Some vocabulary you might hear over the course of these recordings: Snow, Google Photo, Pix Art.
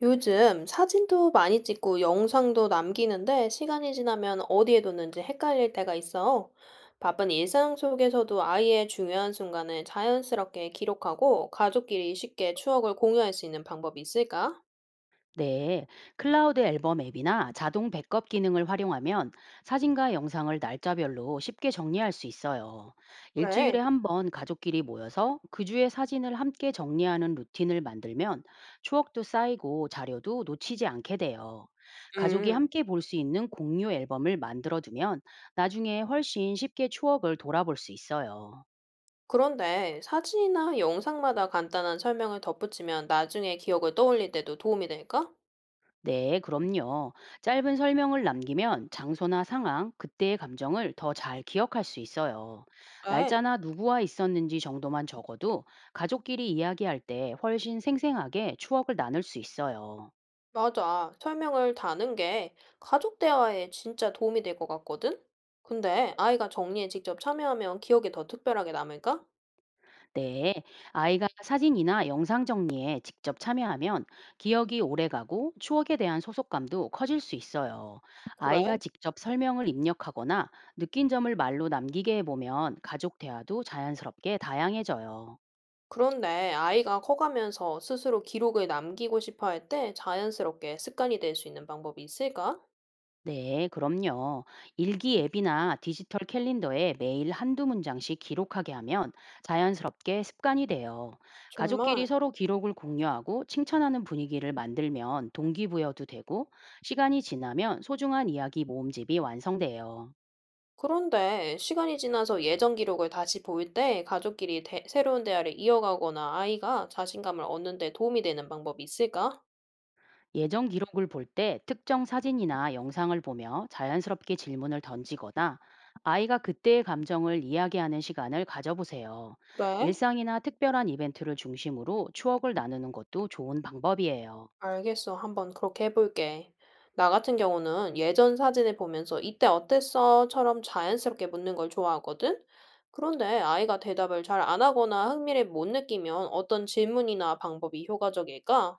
요즘 사진도 많이 찍고 영상도 남기는데 시간이 지나면 어디에 뒀는지 헷갈릴 때가 있어. 바쁜 일상 속에서도 아이의 중요한 순간을 자연스럽게 기록하고 가족끼리 쉽게 추억을 공유할 수 있는 방법이 있을까? 네, 클라우드 앨범 앱이나 자동 백업 기능을 활용하면 사진과 영상을 날짜별로 쉽게 정리할 수 있어요. 일주일에 그래. 한 번 가족끼리 모여서 그 주의 사진을 함께 정리하는 루틴을 만들면 추억도 쌓이고 자료도 놓치지 않게 돼요. 가족이 음. 함께 볼 수 있는 공유 앨범을 만들어 두면 나중에 훨씬 쉽게 추억을 돌아볼 수 있어요. 그런데 사진이나 영상마다 간단한 설명을 덧붙이면 나중에 기억을 떠올릴 때도 도움이 될까? 네, 그럼요. 짧은 설명을 남기면 장소나 상황, 그때의 감정을 더 잘 기억할 수 있어요. 그래. 날짜나 누구와 있었는지 정도만 적어도 가족끼리 이야기할 때 훨씬 생생하게 추억을 나눌 수 있어요. 맞아. 설명을 다는 게 가족 대화에 진짜 도움이 될 것 같거든? 근데 아이가 정리에 직접 참여하면 기억에 더 특별하게 남을까? 네, 아이가 사진이나 영상 정리에 직접 참여하면 기억이 오래가고 추억에 대한 소속감도 커질 수 있어요. 아이가 그래. 직접 설명을 입력하거나 느낀 점을 말로 남기게 해보면 가족 대화도 자연스럽게 다양해져요. 그런데 아이가 커가면서 스스로 기록을 남기고 싶어 할 때 자연스럽게 습관이 될 수 있는 방법이 있을까? 네, 그럼요. 일기 앱이나 디지털 캘린더에 매일 한두 문장씩 기록하게 하면 자연스럽게 습관이 돼요. 정말. 가족끼리 서로 기록을 공유하고 칭찬하는 분위기를 만들면 동기부여도 되고 시간이 지나면 소중한 이야기 모음집이 완성돼요. 그런데 시간이 지나서 예전 기록을 다시 볼 때 가족끼리 새로운 대화를 이어가거나 아이가 자신감을 얻는 데 도움이 되는 방법이 있을까? 예전 기록을 볼 때 특정 사진이나 영상을 보며 자연스럽게 질문을 던지거나 아이가 그때의 감정을 이야기하는 시간을 가져보세요. 그래. 일상이나 특별한 이벤트를 중심으로 추억을 나누는 것도 좋은 방법이에요. 알겠어. 한번 그렇게 해볼게. 나 같은 경우는 예전 사진을 보면서 이때 어땠어?처럼 자연스럽게 묻는 걸 좋아하거든? 그런데 아이가 대답을 잘 안 하거나 흥미를 못 느끼면 어떤 질문이나 방법이 효과적일까?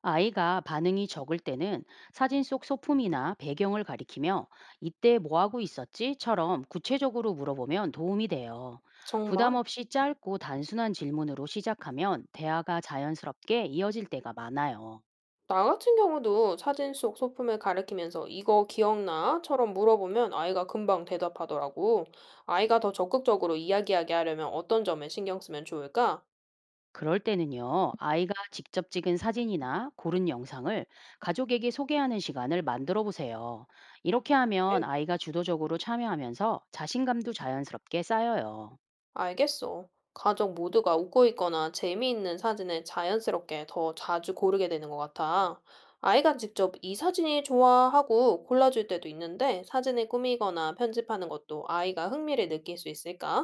아이가 반응이 적을 때는 사진 속 소품이나 배경을 가리키며 이때 뭐 하고 있었지?처럼 구체적으로 물어보면 도움이 돼요. 부담 정말? 없이 짧고 단순한 질문으로 시작하면 대화가 자연스럽게 이어질 때가 많아요. 나 같은 경우도 사진 속 소품을 가리키면서 이거 기억나?처럼 물어보면 아이가 금방 대답하더라고. 아이가 더 적극적으로 이야기하게 하려면 어떤 점에 신경 쓰면 좋을까? 그럴 때는요, 아이가 직접 찍은 사진이나 고른 영상을 가족에게 소개하는 시간을 만들어 보세요. 이렇게 하면 네. 아이가 주도적으로 참여하면서 자신감도 자연스럽게 쌓여요. 알겠어. 가족 모두가 웃고 있거나 재미있는 사진을 자연스럽게 더 자주 고르게 되는 것 같아. 아이가 직접 이 사진이 좋아 하고 골라줄 때도 있는데 사진을 꾸미거나 편집하는 것도 아이가 흥미를 느낄 수 있을까?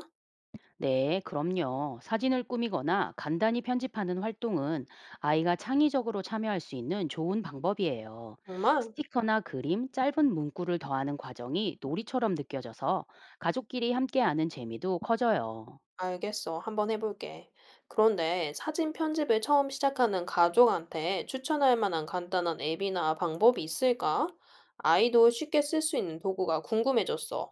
네, 그럼요. 사진을 꾸미거나 간단히 편집하는 활동은 아이가 창의적으로 참여할 수 있는 좋은 방법이에요. 정말? 스티커나 그림, 짧은 문구를 더하는 과정이 놀이처럼 느껴져서 가족끼리 함께하는 재미도 커져요. 알겠어. 한번 해볼게. 그런데 사진 편집을 처음 시작하는 가족한테 추천할 만한 간단한 앱이나 방법이 있을까? 아이도 쉽게 쓸 수 있는 도구가 궁금해졌어.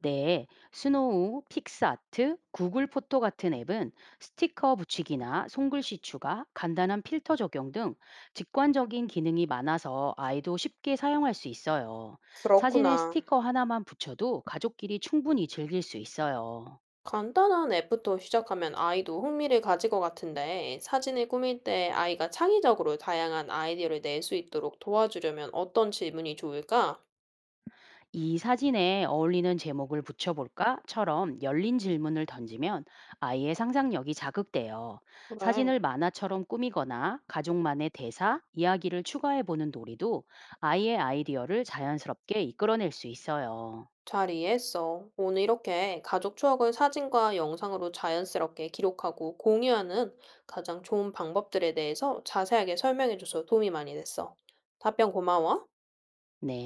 네, 스노우, 픽스아트, 구글 포토 같은 앱은 스티커 붙이기나 손글씨 추가, 간단한 필터 적용 등 직관적인 기능이 많아서 아이도 쉽게 사용할 수 있어요. 사진에 그렇구나. 스티커 하나만 붙여도 가족끼리 충분히 즐길 수 있어요. 간단한 앱부터 시작하면 아이도 흥미를 가질 것 같은데, 사진을 꾸밀 때 아이가 창의적으로 다양한 아이디어를 낼 수 있도록 도와주려면 어떤 질문이 좋을까? 이 사진에 어울리는 제목을 붙여볼까?처럼 열린 질문을 던지면 아이의 상상력이 자극돼요. 그래, 사진을 만화처럼 꾸미거나 가족만의 대사, 이야기를 추가해보는 놀이도 아이의 아이디어를 자연스럽게 이끌어낼 수 있어요. 잘 이해했어. 오늘 이렇게 가족 추억을 사진과 영상으로 자연스럽게 기록하고 공유하는 가장 좋은 방법들에 대해서 자세하게 설명해줘서 도움이 많이 됐어. 답변 고마워. 네.